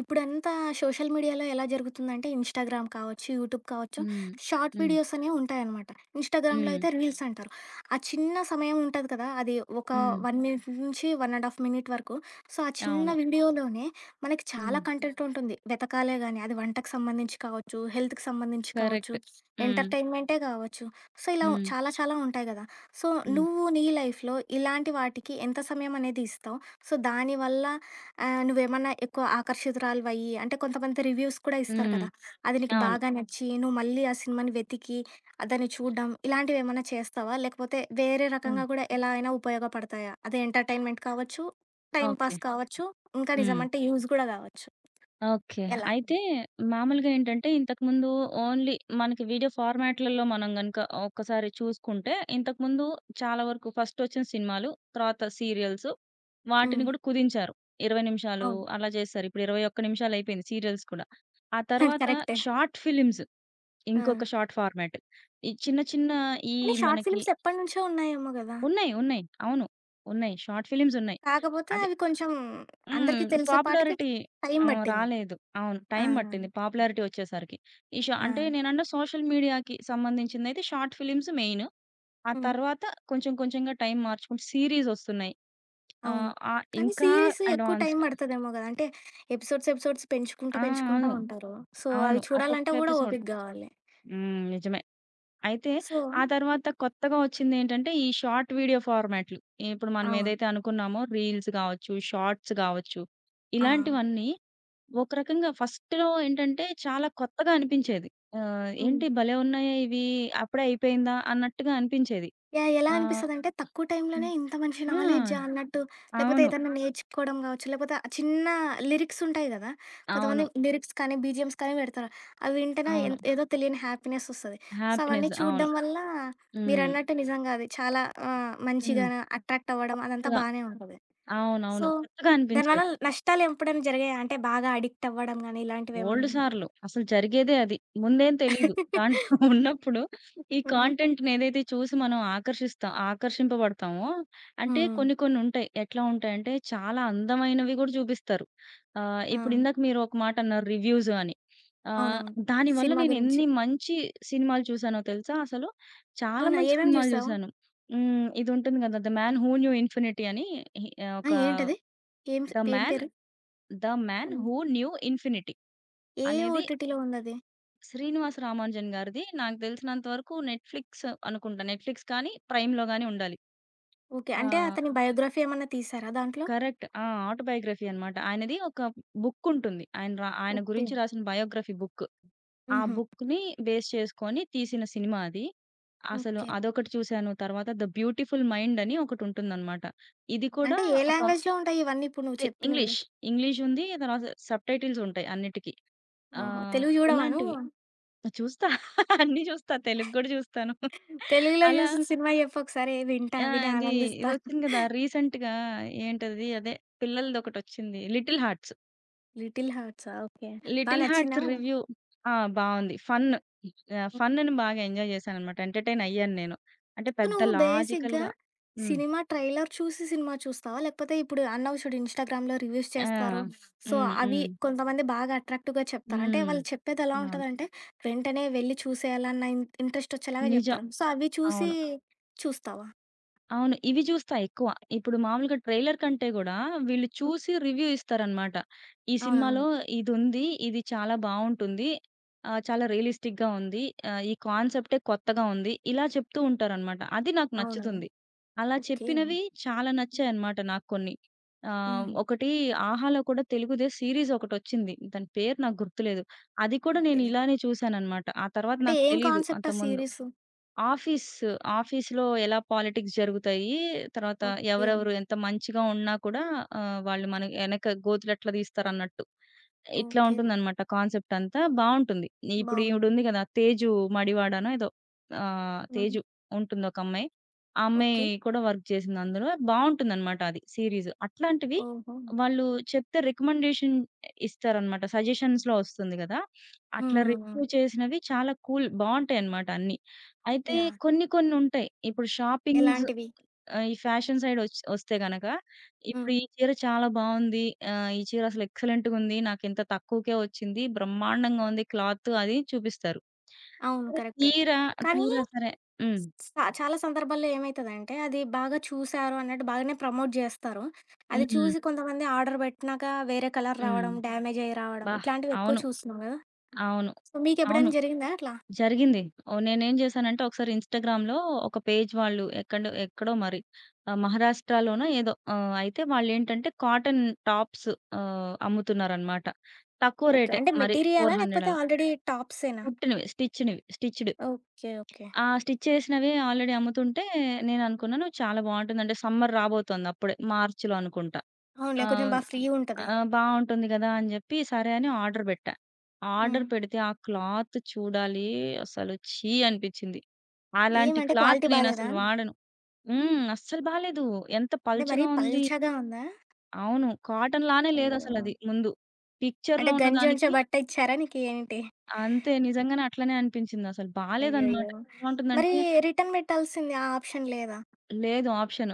ఇప్పుడంతా సోషల్ మీడియాలో ఎలా జరుగుతుందంటే ఇన్‌స్టాగ్రామ్ కావచ్చు, యూట్యూబ్ కావచ్చు, హ్మ్. షార్ట్ హ్మ్. వీడియోస్ అనేవి ఉంటాయనమాట. ఇన్‌స్టాగ్రామ్‌లో హ్మ్. అయితే రీల్స్ అంటారు. ఆ చిన్న సమయం ఉంటది కదా! అది ఒక హ్మ్. 1 మినిట్ నుంచి 1 ½ మినిట్ వరకు. సో, ఆ చిన్న అవును. వీడియోలోనే మనకి చాలా హ్మ్. కంటెంట్ ఉంటుంది. వెతకాలే గాని, అది వంటకు సంబంధించి కావచ్చు, హెల్త్‌కి సంబంధించి కావచ్చు, కరెక్ట్. హ్మ్. ఎంటర్‌టైన్‌మెంటే కావచ్చు. సో, ఇలా హ్మ్. చాలా చాలా ఉంటాయి కదా! సో, హ్మ్. నువ్వు నీ లైఫ్‌లో ఇలాంటి వాటికి ఎంత సమయం అనేది ఇస్తావు? సో, దానివల్ల ఆ! నువ్వేమన్నా ఎక్కువ ఆకర్షితురాలివయ్యి అంటే కొంతమంది రివ్యూస్ కూడా ఇస్తారు హ్మ్. కదా! అది నీకు అవును. బాగా నచ్చి నువ్వు మళ్ళీ ఆ సినిమాని వెతికి ఆ దాన్ని చూడ్డం ఇలాంటివేమన్నా చేస్తావా? లేకపోతే వేరే హ్మ్. రకంగా కూడా ఎలా అయినా ఉపయోగపడతాయా? అది ఎంటర్‌టైన్‌మెంట్ కావచ్చు, టైమ్ ఓకే. పాస్ కావచ్చు, ఇంకా హ్మ్. నిజమంటే యూజ్ గూడా గావచ్చు. ఓకే. ఎలా? అయితే మామూలుగా ఏంటంటే ఇంతకుముందు ఓన్లీ మనకి వీడియో ఫార్మాట్‌లలో మనం గనుక ఒక్కసారి చూసుకుంటే ఇంతకుముందు చాలా వరకు ఫస్టొచ్చిన సినిమాలు, తర్వాత సీరియల్స్ హ్మ్. వాటిని గూడా కుదించారు. 20 నిమిషాలు అవును. అలా జేశారు. ఇప్పుడు 21 నిమిషాలయిపోయింది సీరియల్స్ కూడా. ఆ తర్వాత కరెక్టే. షార్ట్ ఫిలిమ్స్ ఆ! ఇంకొక షార్ట్ ఫార్మాట్. ఈ చిన్న చిన్న ఈ కానీ షార్ట్ మనకి ఫిల్మ్స్ ఎప్పటినుంచో ఉన్నాయేమో గదా! ఉన్నాయి. ఉన్నాయి. అవును. ఉన్నాయి. షార్ట్ ఫిల్మ్స్ ఉన్నాయి. కాకపోతే అదే. అవి కొంచెం హ్మ్. అందరికీ తెలిసేపాటికి పాపులారిటీ టైమ్ బట్టింది. రాలేదు. అవును. ఆ! టైం పట్టింది పాపులారిటీ వచ్చేసరికి. ఈ షా ఆ! అంటే నేనన్న సోషల్ మీడియాకి సంబంధించిందయితే షార్ట్ ఫిల్మ్స్ మెయిన్. ఆ హ్మ్. తర్వాత కొంచెం కొంచెంగా టైం మార్చుకుంటూ సీరీస్ వస్తున్నాయి. అవును. ఆహ్, ఆ! కానీ ఇంకా సీరీస్ ఎక్కువ టైం అడ్వాన్స్డ్. పడతదేమో గదా! అంటే ఎపిసోడ్స్, ఎపిసోడ్స్ పెంచుకుంటా, ఆ! పెంచుకుంటా అవును. ఉంటారు. సో, అవును. అవి ఒక్కొక్క చూడాలంటే గూడా ఎపిసోడ్. ఓపిక గావాలి. హ్మ్. నిజమే. అయితే సో ఆ తర్వాత కొత్తగా వచ్చిందేంటంటే, ఈ షార్ట్ వీడియో ఫార్మాట్‌లు. ఇప్పుడు మనం అవును. ఏదైతే అనుకున్నామో రీల్స్ గావచ్చు, షార్ట్స్ గావచ్చు, ఆ! ఇలాంటివన్నీ ఒక రకంగా ఫస్ట్‌లో ఏంటంటే చాలా కొత్తగా అనిపించేది. ఆహ్, హ్మ్. ఏంటి భలే ఉన్నాయే ఇవి, అప్పుడే అయిపోయిందా అన్నట్టుగా అనిపించేది. యాహ్! ఎలా ఆహ్, అనిపిస్తదంటే తక్కువ టైంలోనే హ్మ్. ఇంత మంచి ఆ! నాలెడ్జా అన్నట్టు, లేపోతే అవును. ఏదన్నా నేర్చుకోవడం గావచ్చు, లేపోతే ఆ చిన్న లిరిక్స్ ఉంటాయి గదా! అవును. కొంతమంది లిరిక్స్ కానీ, బీజీఎమ్స్ కానీ పెడతారు. అవి వింటేనే అవును. ఏదో తెలియని హ్యాపీనెస్ ఒస్తది. సో, అవన్నీ హ్యాపీనెస్. అవును. చూడడం వల్ల హ్మ్. మీరన్నట్టు నిజంగా అది చాలా హ్మ్. మంచిగా అట్రాక్ట్ అవ్వడం అదంతా కొత్తగా. బానే ఉంటది. సో, అవునవును. కొత్తగా దానివల్ల అనిపించేది. నష్టాలు ఎప్పుడైనా జరిగాయా? అంటే బాగా అడిక్ట్ అవ్వడం గాని బోలెడు ఇలాంటివేమన్నా? సార్లు. అసలు జరిగేదే అది. ముందేం తెలీదు. దాంట్లో ఉన్నప్పుడు ఈ హుహు. కాంటెంట్‌నేదైతే చూసి మనం ఆకర్షింపబడతామో. అంటే హ్మ్. కొన్ని కొన్ని ఉంటాయి. ఎట్లా ఉంటాయంటే చాలా అందమైనవి గూడా చూపిస్తారు. ఆహ్, ఆ! ఇప్పుడు ఇందాక మీరు ఒక మాట అన్నారు రివ్యూస్ అని. ఆహ్, అవునవును. దానివల్ల సినిమా నేను గురించి. ఎన్ని మంచి సినిమాలు చూసానో తెలుసా అసలు? చాలా అవునా? మంచి ఏమేమి సినిమాలు జూసావు? చూసాను. హ్మ్. ఇది ఉంటుంది గదా! 'The man who knew infinity' అని హి ఆ! ఒక ఏంటది? ఏం సి 'ద ఏం మ్యాన్ పేరు? The man hmm. Who knew infinity.' ఏ అనేది ఓటీటీలో ఉందది? 'శ్రీనివాస రామానుజన్' గారిది. నాకు తెలిసినంత వరకు నెట్‌ఫ్లిక్స్ అనుకుంటా. నెట్‌ఫ్లిక్స్ కానీ, ప్రైమ్‌లో గాని ఉండాలి. ఓకే. ఆ! అంటే అతని బయోగ్రఫీ ఏమన్నా తీసారా దాంట్లో? కరెక్ట్. ఆ! ఆటోబయోగ్రఫీ అన్నమాట. ఆయనది ఒక బుక్ ఉంటుంది. ఆయన ఓకే. గురించి రాసిన బయోగ్రఫీ బుక్. ఆ హుహు. బుక్‌ని బేస్ చేసుకొని తీసిన సినిమా అది. అసలు ఓకే. అదొకటి చూసాను. తర్వాత 'ద బ్యూటిఫుల్ మైండ్' అని ఒకటుంటుందన్నమాట. ఇది కూడా అంటే ఏ ఒక లాంగ్వేజ్‌లో ఉంటాయి ఇవన్నీ ఇప్పుడు నువ్వు చెప్పినవి? ఇంగ్లీష్. ఇంగ్లీష్ ఉంది. తర్వాత సబ్‌టైటిల్స్ ఉంటాయి అన్నిటికి. ఓహో! ఆహ్, తెలుగు జూడవా ఇలాంటివి. నువ్వు? చూస్తా. అన్నీ చూస్తా. తెలుగు గూడా చూస్తాను. తెలుగులో అలా. జూసిన సినిమా జెప్పు ఒకసారి వింటా, ఆ! విని ఇది ఆనందిస్తా. ఇదొచ్చింది గదా! రీసెంట్‌గా. ఏంటది? అదే పిల్లలదొకటొచ్చింది. 'Little hearts.' 'లిటిల్ హార్ట్సా' ఓకే. బా 'లిటిల్ నచ్చిందా హార్ట్స్' మరి? రివ్యూ. ఆ! బావుంది. ఫన్. ఆహ్, హ్మ్. ఫన్‌ని బాగా ఎంజాయ్ చేశాననమాట. ఎంటర్‌టైన్ అయ్యాను నేను. అంటే సో, పెద్ద నువ్వు బేసిక్‌గా లాజికల్‌గా. హ్మ్. సినిమా ట్రైలర్ చూసి సినిమా చూస్తావా? లేకపోతే ఇప్పుడు అన్నావు చూడు ఇన్‌స్టాగ్రామ్‌లో రివ్యూస్ ఆ! చేస్తారు. సో, హ్మ్. అవి హ్మ్. కొంతమంది బాగా అట్రాక్టివ్‌గా చెప్తారు. అంటే హ్మ్. వాళ్ళు చెప్పేది ఎలా అవును. ఉంటదంటే, వెంటనే వెళ్లి చూసేయాలన్న ఇంట్రెస్ట్ వచ్చేలాగా నిజం. చెప్తారు. సో, అవి చూసి అవును. చూస్తావా? అవును. ఇవి చూస్తా ఎక్కువ. ఇప్పుడు మామూలుగా ట్రైలర్ కంటే గూడా వీళ్ళు హ్మ్. చూసి రివ్యూ ఇస్తారనమాట. ఈ సినిమాలో అవునవును. ఇదుంది. ఇది చాలా బావుంటుంది. ఆహ్, చాలా రియలిస్టిక్‌గా ఉంది. ఆహ్, ఈ కాన్సెప్టే కొత్తగా ఉంది. ఇలా చెప్తూ ఉంటారనమాట. అది నాకు అవునవును. నచ్చుతుంది. అలా ఓకే. చెప్పినవి చాలా నచ్చాయన్నమాట నాకు కొన్ని. ఆహ్, హుహు. ఒకటి 'ఆహాలో' కూడా తెలుగుదే సీరీస్ ఒకటొచ్చింది. దాని పేరు నాకు గుర్తులేదు. అది కూడా ఓకే. నేను ఇలానే చూసాననమాట. ఆ తర్వాత అంటే నాకు ఏం తెలీదు కాన్సెప్ట్ ఆ అంతకుముందు. సీరీసు? ఆఫీస్, ఆఫీస్‌లో ఎలా పాలిటిక్స్ జరుగుతాయి. తర్వాత ఓకే. ఎవరెవరు ఎంత మంచిగా ఉన్నా కూడా ఆహ్, వాళ్ళు మన ఎనక గోతులెట్లా తీస్తారన్నట్టు. ఇట్లా ఓకే. ఉంటుందనమాట. కాన్సెప్ట్ అంతా బావుంటుంది. ఇప్పుడు బావుంది. ఈవిడుంది గదా! 'తేజు మడివాడనో' ఏదో. ఆహ్, హుహు. 'తేజు' ఉంటుంది ఒకమ్మాయి. ఆ అమ్మాయి ఓకే. కూడా వర్క్ చేసింది అందులో. బావుంటుందనమాట అది సీరీస్. అట్లాంటివి ఓహో! వాళ్ళు చెప్తే రికమెండేషన్ ఇస్తారనమాట. సజెషన్స్‌లో వస్తుంది గదా! అట్లా హ్మ్. హ్మ్. రివ్యూ చేసినవి చాలా కూల్ బావుంటాయనమాట అన్నీ. అయితే యాహ్! కొన్ని కొన్నుంటాయి. ఇప్పుడు షాపింగ్స్ ఎలాంటివి? ఆహ్, ఈ ఫ్యాషన్ సైడ్ ఒస్తే గనక, ఇప్పుడు హ్మ్. ఈ చీర చాలా బావుంది. ఆహ్, ఈ చీర అసలు ఎక్సలెంట్‌గుంది. నాకింత తక్కువకే ఒచ్చింది. బ్రహ్మాండంగా ఉంది క్లాత్ అది చూపిస్తారు. అవును. సరే కరెక్టే. తీరా, కానీ తీరా సరే హ్మ్. స చాలా సందర్భాల్లో ఏమైతదంటే, అది బాగా చూసారు అన్నట్టు బాగానే ప్రమోట్ జేస్తారు. అది హ్మ్. చూసి కొంతమంది ఆర్డర్ బెట్టినాక వేరే కలర్ హ్మ్. రావడం, డ్యామేజ్ అయ్యి రావడం అబ్బా! ఇట్లాంటివి ఎక్కువ అవును. చూస్తున్నాం గదా! అవును. సో, అవును. మీకెప్పుడైనా జరిగిందా అట్లా? జరిగింది. ఓహ్! నేనేం జేశానంటే ఒకసారి ఇన్‌స్టాగ్రామ్‌లో ఒక పేజ్ వాళ్ళు ఎక్కడో ఎక్కడో మరి ఆహ్, మహారాష్ట్రలోనో ఏదో. ఆహ్, అయితే వాళ్ళేంటంటే కాటన్ టాప్స్ ఆహ్, అమ్ముతున్నారనమాట. తక్కువ ఓకే. రేటే అంటే మరి మెటీరియలా? 400 లేకపోతే అలా. ఆల్రెడీ టాప్సేనా? కుట్టినవి, స్టిచ్‌డ్. ఓకే. ఓకే. ఆ స్టిచ్ చేసినవి ఆల్రెడీ అమ్ముతుంటే నేననుకున్నాను చాలా బావుంటుందంటే సమ్మర్ రాబోతోంది అప్పుడే మార్చ్‌లో అనుకుంటా. ఆ! అవునులే. కొంచెం బా ఫ్రీ‌గుంటది. ఆ! బావుంటుంది గదా! అని జెప్పి సరే అని ఆర్డర్ బెట్టా. ఆర్డర్ హ్మ్. పెడితే ఆ క్లాత్ చూడాలి అసలు, ఛీ అనిపిచ్చింది. అలాంటి ఏమంటే క్లాత్ క్వాలిటీ బాలేదా? నేనసలు వాడను. హ్మ్. అస్సలు బాలేదు. ఎంత అంటే మరీ పలుచగా ఉంది. పల్చగా ఉందా? అవును. కాటన్ లానే అయ్యో! లేదసలది ముందు. పిక్చర్‌లో అంటే గంజి ఉంచే ఉన్నదానికి బట్ట ఇచ్చారా నీకేంటి? అంతే, నిజంగానే అట్లనే అనిపించిందసలు. బాలేదనమాట. అయ్యయ్యో! ఎలా మరి ఉంటుందంటే రిటర్న్ బెట్టాల్సింది ఆ ఆప్షన్ లేదా? లేదు ఆప్షన్.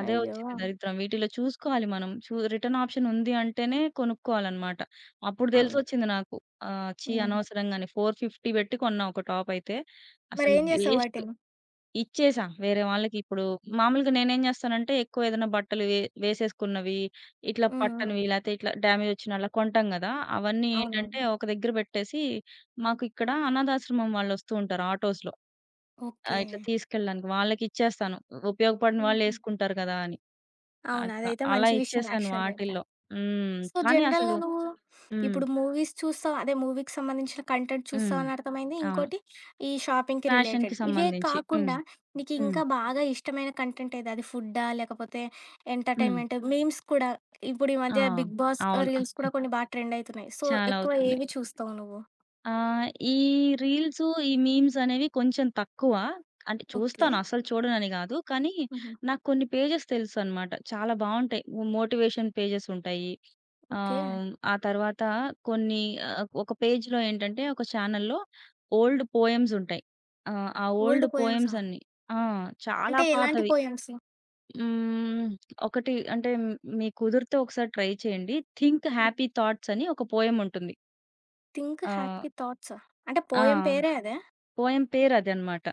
అదే అయ్యో! వచ్చింది దరిద్రం. వీటిలో చూసుకోవాలి మనం. రిటర్న్ ఆప్షన్ ఉంది అంటేనే కొనుక్కోవాలనమాట. అప్పుడు అవును. తెలిసొచ్చింది నాకు. ఆహ్, ఛీ! హుహు. అనవసరంగానే 450 పెట్టి కొన్నా ఒక టాప్ అయితే. అసలు మరేం జేసావు వేస్ట్. వాటిని? ఇచ్చేసా వేరే వాళ్ళకి. ఇప్పుడు మామూలుగా నేనేం చేస్తానంటే ఎక్కువ ఏదైనా బట్టలు వేసేసుకున్నవి, ఇట్లా హ్మ్. హ్మ్. పట్టనివి లేతే ఇట్లా డ్యామేజ్ వచ్చిన అలా కొంటాం కదా! అవన్నీ అవునవును. ఏంటంటే ఒక దగ్గర పెట్టేసి, మాకు ఇక్కడ అనాథాశ్రమం వాళ్ళు వస్తూ ఉంటారు ఆటోస్‌లో. ఓకే. ఆహ్, ఇట్లా తీసుకెళ్ళడానికి వాళ్ళకిచ్చేస్తాను. ఉపయోగపడని వాళ్ళు హుహు. వేసుకుంటారు కదా అని. అవును. అట్లా. అదైతే అలా మంచి విషయం ఇచ్చేసాను యాక్చువల్‌గా చెప్పాలి. వాటిల్లో. హ్మ్. సో, కానీ జనరల్‌గా అసలు. నువ్వు హ్మ్. ఇప్పుడు మూవీస్ చూస్తావు. అదే మూవీకి సంబంధించిన కంటెంట్ హ్మ్. చూస్తావని అర్థమైంది. అవును. ఇంకోటి ఈ షాపింగ్‌కి రిలేటెడ్. ఫ్యాషన్‌కి ఇవే సంబంధించి. హ్మ్. కాకుండా నీకు హ్మ్. ఇంకా బాగా ఇష్టమైన కంటెంట్ ఏది? అది ఫుడ్డా? లేకపోతే హ్మ్. ఎంటర్‌టైన్‌మెంట్ మీమ్స్ కూడా ఇప్పుడు ఈ ఆ! మధ్య 'బిగ్ బాస్' అవును. రీల్స్ కూడా కొన్ని బాగా ట్రెండ్ అయితున్నాయి. సో, చాలా ఎక్కువ అవుతున్నాయి. ఏవి చూస్తావు నువ్వు? ఆహ్, ఈ రీల్సు, ఈ మీమ్స్ అనేవి కొంచెం తక్కువ. అంటే ఓకే. చూస్తాను అస్సలు చూడనని గాదు. కానీ హుహు. నాకు కొన్ని పేజెస్ తెలుసనమాట. చాలా బావుంటాయి. మోటివేషన్ పేజెస్ ఉంటాయి. ఓకే. ఆహ్, ఆ తర్వాత కొన్ని ఆహ్, ఒక పేజ్‌లో ఏంటంటే ఒక ఛానెల్‌లో ఓల్డ్ పోయెమ్స్ ఉంటాయి. ఆహ్, ఆ ఓల్డ్ ఓల్డ్ పోయెమ్సా? పోయెమ్స్ అన్నీ ఆ! చాలా అంటే ఎలాంటి పాతవి. పోయెమ్స్? హ్మ్. ఒకటి అంటే మీకు కుదిరితే ఒకసారి ట్రై చేయండి. 'థింక్ హ్మ్. హ్యాపీ థాట్స్' అని ఒక పోయెమ్ ఉంటుంది. 'థింక్ ఆహ్, హ్యాపీ థాట్సా?' అంటే ఆ! పోయెమ్ పేరే అదా? పోయెమ్ పేరు అదనమాట.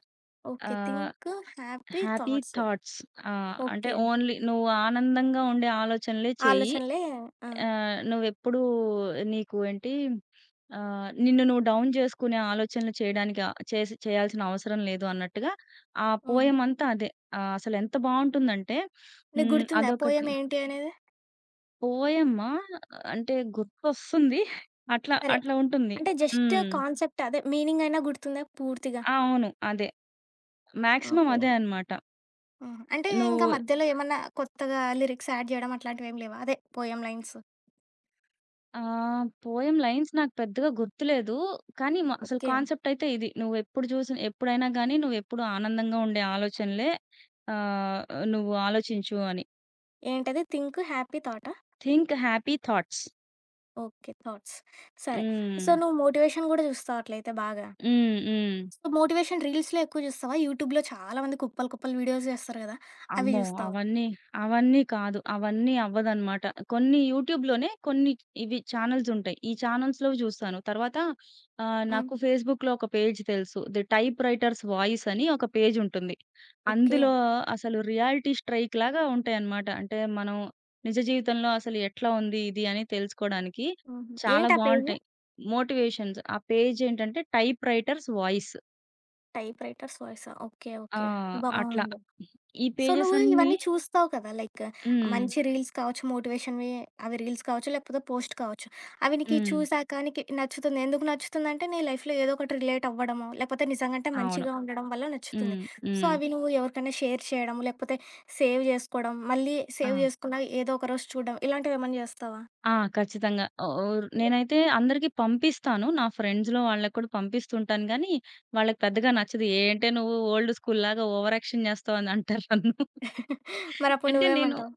ఓకే. ఆహ్, 'think happy 'happy thoughts' thoughts' ఆహ్, అంటే ఓకే. ఓన్లీ నువ్వు ఆనందంగా ఉండే ఆలోచనలే చేయి. ఆలోచనలే ఆ! ఆహ్, నువ్వెప్పుడూ నీకు ఏంటి ఆహ్, నిన్ను నువ్వు డౌన్ జేసుకునే ఆలోచనలు చేయడానికి ఆహ్, చేయాల్సిన అవసరం లేదు అన్నట్టుగా ఆ హుహు. పోయెమ్ అంతా అదే. ఆహ్, అసలెంత బావుంటుందంటే నీకు హ్మ్. గుర్తుందా పోయెమ్ అదొకటి. ఏంటి అనేది? పోయెమా అంటే గుర్తొస్తుంది. అట్లా సరే. అట్లా ఉంటుంది. అంటే జస్ట్ హ్మ్. కాన్సెప్ట్ అదే మీనింగ్ అయినా గుర్తుందా పూర్తిగా? ఆ! అవును. అదే. Maximum okay. అదే అన్నమాట. ఆహా! అంటే ఇంకా నువ్వు మధ్యలో ఏమన్నా కొత్తగా లిరిక్స్ యాడ్ జేయడం అట్లాంటివేం లేవా? అదే పోయెమ్ లైన్స్. ఆ! పోయెమ్ లైన్స్ నాకు పెద్దగా గుర్తులేదు. కానీ అసలు ఓకే. కాన్సెప్టయితే ఇది. నువ్వెప్పుడు చూసిన ఎప్పుడైనా గానీ, నువ్వెప్పుడు ఆనందంగా ఉండే ఆలోచనలే ఆహ్, నువ్వు ఆలోచించు అని. ఏంటది 'థింక్ హ్యాపీ థాటా?' Think happy thoughts. Okay. Thoughts. సరే. సో, హ్మ్. నువ్వు మోటివేషన్ గూడా చూస్తావు అట్లయితే బాగా? హ్మ్. హ్మ్. సో, మోటివేషన్ రీల్స్‌లో ఎక్కువ జూస్తావా? యూట్యూబ్‌లో చాలా మంది కుప్పలు, కుప్పలు వీడియోస్ జేస్తారు గదా! అవి అమ్మో! జూస్తావా? అవన్నీ, అవన్నీ కాదు. అవన్నీ అవ్వదనమాట. కొన్ని యూట్యూబ్‌లోనే కొన్ని ఇవి ఛానెల్స్ ఉంటాయి. ఈ ఛానెల్స్‌లో చూస్తాను. తర్వాత ఆహ్, హ్మ్. నాకు ఫేస్‌బుక్‌లో ఒక పేజ్ తెలుసు. 'ది టైప్ రైటర్స్ వాయిస్' అని ఒక పేజ్ ఉంటుంది. ఓకే. అందులో అసలు రియాలిటీ స్ట్రైక్ లాగా ఉంటాయన్నమాట. అంటే మనం నిజ జీవితంలో అసలు ఎట్లా ఉంది ఇది అని తెలుసుకోవడానికి హుహు. చాలా ఏంటా పేజు? బావుంటాయి. మోటివేషన్స్. ఆ పేజ్ ఏంటంటే type writers voice. Type writers వాయిసా? ఓకే. ఆ! ఓకే. అట్లా బావుంది. ఈ సో, పేజెస్ నువ్వు అన్నీ. ఇవన్నీ చూస్తావు కదా! లైక్ హ్మ్. మంచి రీల్స్ కావచ్చు, మోటివేషన్‌వి అవి రీల్స్ కావచ్చు, లేకపోతే పోస్ట్ కావచ్చు. అవి నీకు హ్మ్. చూసాక నీకు నచ్చుతుంది. ఎందుకు నచ్చుతుందంటే, నీ లైఫ్‌లో ఏదో ఒకటి రిలేట్ అవ్వడమో, లేకపోతే నిజంగంటే అవును. మంచిగా ఉండడం వల్ల నచ్చుతుంది. హ్మ్. సో, హ్మ్. అవి నువ్వు ఎవరికైనా షేర్ చేయడం, లేకపోతే సేవ్ జేసుకోవడం, మళ్ళీ ఆ! సేవ్ జేసుకున్నాక ఏదో ఒక రోజు చూడడం, ఇలాంటివేమన్నా జేస్తావా? ఆ! ఖచ్చితంగా. ఓ ఓర్ నేనైతే అందరికి పంపిస్తాను. నా ఫ్రెండ్స్‌లో వాళ్ళకి కూడా పంపిస్తుంటాను గానీ, వాళ్ళకి పెద్దగా నచ్చదు. ఏంటే నువ్వు ఓల్డ్ స్కూల్‌లాగా ఓవరాక్షన్ చేస్తావు అని అంటారు నన్ను. మరప్పుడు అంటే నేను నువ్వేమంటావు?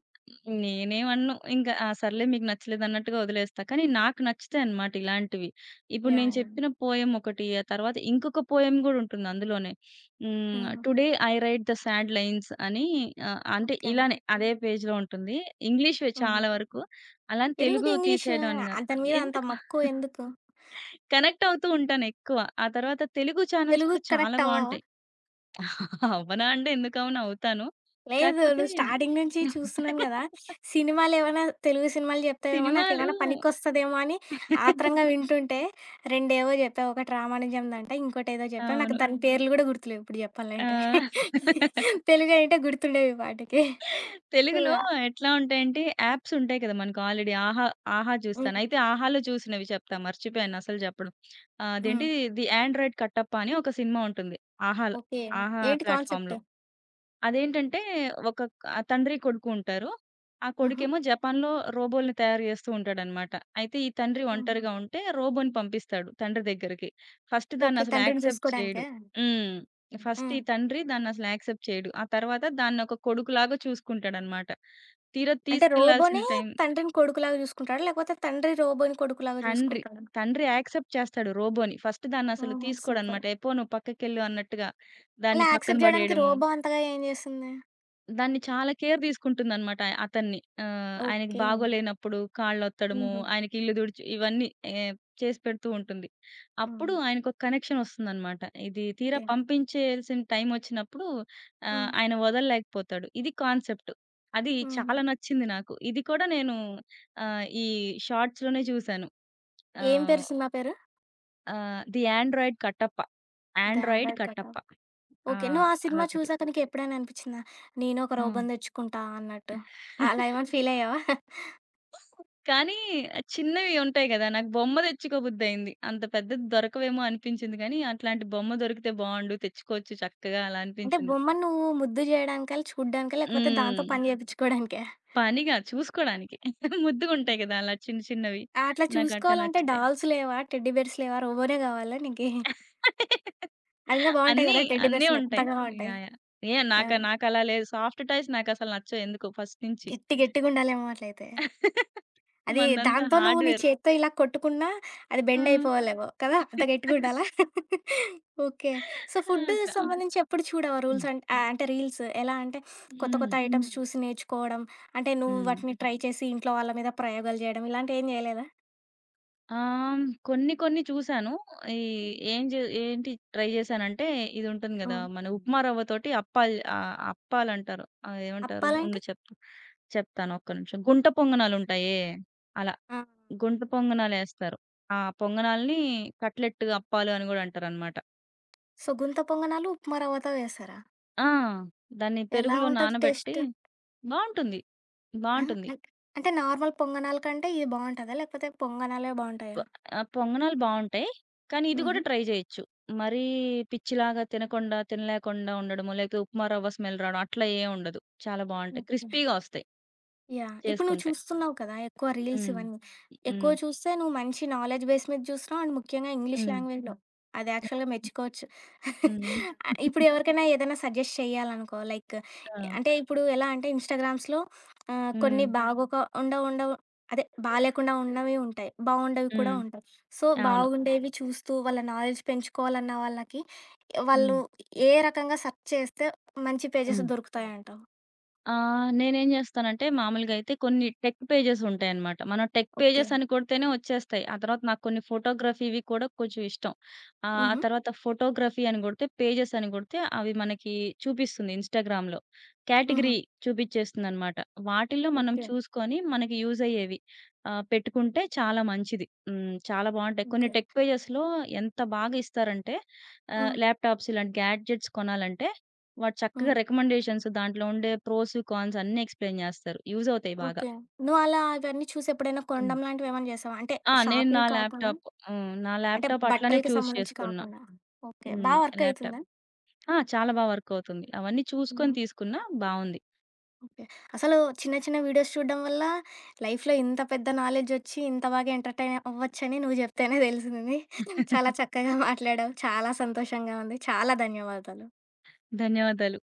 నేనేమనను. ఇంకా ఆ! సర్లే మీకు నచ్చలేదన్నట్టుగా వదిలేస్తా. కానీ నాకు నచ్చుతాయన్నమాట ఇలాంటివి. ఇప్పుడు యాహ్! నేను యాహ్! చెప్పిన పోయెమ్ ఒకటి, ఆ తర్వాత ఇంకొక పోయెమ్ గూడా ఉంటుంది అందులోనే. హ్మ్. హుహు. 'Today I write the sad lines' అని ఆహ్, అంటే ఓకే. ఇలానే అదే పేజ్‌లో ఉంటుంది. ఇంగ్లీష్‌వే హుహు. చాలా వరకు. అలాని ఎందుకు తెలుగు ఇంగ్లీష్? తీసేయడం అని గాదు. దాని మీద అంత ఎందుకు మక్కువ ఎందుకు? కనెక్ట్ అవుతూ ఉంటాను ఎక్కువ. ఆ తర్వాత తెలుగు ఛానెల్స్ కూడా తెలుగుకి చాలా కనెక్ట్ అవ్వవా? బావుంటాయి. అవ్వనా అంటే ఎందుకవ్వను అవుతాను. లేదు. కాకపోతే నువ్వు స్టార్టింగ్ నుంచి చూస్తున్నాను గదా! సినిమాలేవన్నా తెలుగు సినిమాలు జెప్తావేమో సినిమాలు నాకేమన్నా పనికొస్తదేమో అని ఆత్రంగా వింటుంటే, రెండేవో జెప్పావు. ఒకటి రామానుజందంట, ఇంకోటేదో జెప్పావు. నాకు అవును. దాని పేర్లు గూడా గుర్తులేవు ఇప్పుడు ఆ! జెప్పాలంటే. తెలుగు అంటే గుర్తుండేవి ఈ పాటికి. నువ్వు తెలుగులో ఆ ఎట్లా ఉంటాయంటే యాప్స్ ఉంటాయి కదా! మనకు ఆల్రెడీ 'ఆహా', 'ఆహా' చూస్తాను. హ్మ్. అయితే 'ఆహా'లో చూసినవి చెప్తా, మర్చిపోయాను అసలు చెప్పడం. ఆహ్, హ్మ్. అదేంటి 'ది యాండ్రాయిడ్ కట్టప్ప' అని ఒక సినిమా ఉంటుంది. 'ఆహా'లో, ఓకే. 'ఆహా' ఏంటి కాన్సెప్ట్? ప్లాట్‌ఫార్మ్‌లో. అదేంటంటే ఒక ఆ తండ్రి, కొడుకు ఉంటారు. ఆ హుహు. కొడుకేమో జపాన్‌లో రోబోల్ని తయారు జేస్తూ ఉంటాడనమాట. అయితే ఈ తండ్రి హుహు. ఒంటరిగా ఉంటే రోబోని పంపిస్తాడు తండ్రి దగ్గరికి. First okay. దాన్నసలు తండ్రిని యాక్సెప్ట్ చేయడు. జూసుకోడానికా? హ్మ్. ఫస్ట్ హ్మ్. ఈ తండ్రి దాన్నసలు యాక్సెప్ట్ చేయడు. ఆ తర్వాత దాన్నొక కొడుకులాగా చూసుకుంటాడనమాట. తీరా అంటే తీసుకెళ్లాల్సిన రోబోనే టైం తండ్రిని కొడుకులాగా జూసుకుంటాడా? లేకపోతే తండ్రి రోబోని కొడుకులాగా తండ్రి, జూసుకుంటాడా? తండ్రి యాక్సెప్ట్ చేస్తాడు రోబోని. ఫస్ట్ దాన్నసలు ఓహో! సూపర్. తీసుకోడనమాట. "ఎపో నువ్వు పక్కకెళ్ళు" అన్నట్టుగా అలా దాన్ని పక్కన యాక్సెప్ట్ జేయడానికి బడేయడము. రోబో అంతగా ఏం జేస్తుంది? దాన్ని చాలా కేర్ తీసుకుంటుందనమాట. అతన్ని. ఆహ్, ఆయనకి ఓకే. బాగోలేనప్పుడు కాళ్ళొత్తడము, హుహు. ఆయనకి ఇల్లు తుడిచి ఇవన్నీ ఆహ్, చేసి పెడుతూ ఉంటుంది. అప్పుడు హ్మ్. ఆయనకొక కనెక్షన్ వస్తుందనమాట. ఇది తీరా ఓకే. పంపించేయాల్సిన టైం వచ్చినప్పుడు ఆహ్, హ్మ్. ఆయన వదలలేకపోతాడు. ఇది కాన్సెప్ట్. అది హ్మ్. చాలా నచ్చింది నాకు. ఇది కూడా నేను ఆహ్, ఈ షార్ట్స్‌లోనే చూసాను. ఏం ఆహ్, పేరు సినిమా పేరు? ఆహ్, 'ది యాండ్రాయిడ్ కట్టప్ప'. 'యాండ్రాయిడ్ 'దాదార్ కథ.' కట్టప్ప' ఆ! ఓకే. నువ్వు ఆ సినిమా అదొకటి. చూసాక నీకెప్పుడైనా అనిపిచ్చిందా? నేను ఒక హ్మ్. రోబోని దెచ్చుకుంటా అన్నట్టు. అలా ఏమైనా ఫీల్ అయ్యావా? కానీ చిన్నవి ఉంటాయి గదా! నాకు బొమ్మ తెచ్చుకోబుద్దయింది. అంత పెద్దది దొరకవేమో అనిపించింది గానీ, అట్లాంటి బొమ్మ దొరికితే బావుండు, తెచ్చుకోవచ్చు చక్కగా అలా అంటే అనిపించింది. బొమ్మను నువ్వు ముద్దు జేయడానికా? చూడ్డానికా? లేకపోతే దాంతో హ్మ్. పని జేపిచ్చుకోడానికా? పనిగా చూసుకోడానికి. ముద్దుగుంటాయి గదా! అలా చిన్న చిన్నవి. అట్లా నాకట్టా చూసుకోవాలంటే నచ్చుతాయి. డాల్స్ లేవా? టెడ్డీ బేర్స్ లేవా? రోబోనే గావాలా నీకి? అవి ఇంగా బావుంటాయి అన్నీ, గదా! టెడ్డీ అన్నీ బేర్స్ ఉంటాయి. మెత్తగా ఉంటాయి. యాహ్! యాహ్! ఏ ఆ! నాకలా లేదు. సాఫ్ట్ టాయ్స్ నాకసలు నచ్చవు ఎందుకో ఫస్ట్ నుంచి. గట్టి గట్టిగుండాలేమో అట్లయితే. అది మనదంతా దాంతో నువ్వు నీ హార్డ్‌వేర్. చేత్తో ఇలా కొట్టుకున్నా అది ఆ! బెండ్ అయిపోవాలేమో కదా! ఆ! అంత గట్టిగుండాలా? ఓకే. సో, ఫుడ్ అట్లా. సంబంధించి ఎప్పుడు చూడవా హ్మ్. అంటే రీల్స్? ఎలా అంటే కొత్త హ్మ్. కొత్త ఐటెమ్స్ హ్మ్. చూసి నేర్చుకోవడం, అంటే నువ్వు హ్మ్. వాటిని ట్రై చేసి ఇంట్లో వాళ్ళ మీద ప్రయోగాలు జేయడం ఇలాంటివేం జేయలేదా? ఆహ్, కొన్ని కొన్ని చూసాను. ఈ ఏం జే ఏంటి ట్రై జేశానంటే, ఇది ఉంటుంది గదా! హ్మ్. మన ఉప్మా రవ్వతోటి అప్పాలు ఆహ్, అప్పాలంటారు. ఆహ్, ఏమంటారు? అప్పాలంటే? ఉండు చెప్తా. చెప్తాను ఒక్క నిమిషం. గుంట పొంగనాలుంటాయే, అలా ఆ! గుంట పొంగనాలేస్తారు. ఆ పొంగనాల్ని కట్లెట్ అప్పాలు అని గూడా అంటారనమాట. సో, గుంత పొంగనాలు ఉప్మా రవ్వతో వేస్తారా? ఆ! దాన్ని ఎలా పెరుగులో ఉంటది నానబెట్టి టేస్ట్? బావుంటుంది. ఆ! బావుంటుంది. అంటే అంటే నార్మల్ పొంగనాల కంటే ఇది బావుంటదా? లేకపోతే పొంగనాలే వ బావుంటాయా? ఆహ్, పొంగనాలు బావుంటాయి. కానీ ఇది గూడా హుహు. ట్రై జేయొచ్చు. మరీ పిచ్చిలాగా తినకుండా, తినలేకుండా ఉండడమో, లేకపోతే ఉప్మా రవ్వ స్మెల్ రావడం అట్లా ఏం ఉండదు. చాలా బావుంటాయి. ఓకే. క్రిస్పీగా ఒస్తాయి యాహ్! ఇప్పుడు నువ్వు చేసుకుంటే. చూస్తున్నావు కదా! ఎక్కువ రీల్స్ హ్మ్. ఇవన్నీ. ఎక్కువ హ్మ్. చూస్తే నువ్వు మంచి నాలెడ్జ్ బేస్ మీద చూస్తున్నావు. అండ్ ముఖ్యంగా ఇంగ్లీష్ హ్మ్. లాంగ్వేజ్‌లో. అది యాక్చువల్‌గా మెచ్చుకోవచ్చు. హ్మ్. ఇప్పుడు ఎవరికైనా ఏదైనా సజెస్ట్ చేయాలనుకో లైక్ ఆ! అంటే ఇప్పుడు ఎలా అంటే ఇన్‌స్టాగ్రామ్స్‌లో కొన్ని హ్మ్. బాగోక ఉండవు ఉండవు అదే బాలేకుండా ఉన్నవి ఉంటాయి. బాగుండేవి కూడా హ్మ్. ఉంటాయి. సో, అవును. బాగుండేవి చూస్తూ వాళ్ళ నాలెడ్జ్ పెంచుకోవాలన్న వాళ్ళకి వాళ్ళు హ్మ్. ఏ రకంగా సెర్చ్ చేస్తే మంచి పేజెస్ హ్మ్. దొరుకుతాయంటావు? ఆ! నేనేం జేస్తానంటే మామూలుగా అయితే కొన్ని టెక్ పేజెస్ ఉంటాయన్నమాట. మనం టెక్ ఓకే. పేజెస్ అని కొడితేనే వచ్చేస్తాయి. ఆ తర్వాత నాకు కొన్ని ఫోటోగ్రఫీవి కూడా కొంచెం ఇష్టం. ఆహ్, ఆ హుహు. తర్వాత ఫోటోగ్రఫీ అని గొడితే, పేజెస్ అని గొడితే అవి మనకి చూపిస్తుంది ఇన్‌స్టాగ్రామ్‌లో. హుహు. కేటగిరీ చూపిచ్చేస్తుందన్నమాట. వాటిల్లో మనం ఓకే. చూసుకొని మనకి యూజ్ అయ్యేవి ఆహ్, పెట్టుకుంటే చాలా మంచిది. హ్మ్. చాలా బావుంటాయి. కొన్ని ఓకే. టెక్ పేజెస్‌లో ఎంత బాగా ఇస్తారంటే ఆహ్, హ్మ్. ల్యాప్‌టాప్స్ ఇలాంటి గ్యాడ్జెట్స్ కొనాలంటే వాడు చక్కగా హ్మ్. రికమెండేషన్స్ దాంట్లో ఉండే ప్రోస్, కాన్స్ అన్నీ ఎక్స్‌ప్లెయిన్ జేస్తారు. యూజ్ అవుతాయి బాగా. ఓకే. నువ్వలా అవన్నీ చూసి ఎప్పుడైనా హ్మ్. కొనడం లాంటివేమన్నా చేసావా? అంటే ఆ! నేను నా షాపింగ్ కాకుండా, ల్యాప్‌టాప్ హ్మ్. నా అంటే ల్యాప్‌టాప్ అట్లనే బట్టలకి చూజ్ సంబంధించి చేసుకున్నా. కాకుండా. ఓకే. బా హ్మ్. Work laptop. అయితుందా? ఆ! చాలా బా వర్క్ అవుతుంది. అవన్నీ చూసుకొని హ్మ్. తీసుకున్నా బావుంది. ఓకే. అసలు చిన్న చిన్న వీడియోస్ చూడడం వల్ల లైఫ్‌లో ఇంత పెద్ద నాలెడ్జొచ్చి, ఇంత బాగా ఎంటర్‌టైన్ అవ్వచ్చని నువ్వు జెప్తేనే తెలిసింది. చాలా చక్కగా మాట్లాడావు. చాలా సంతోషంగా ఉంది. చాలా ధన్యవాదాలు. ధన్యవాదాలు.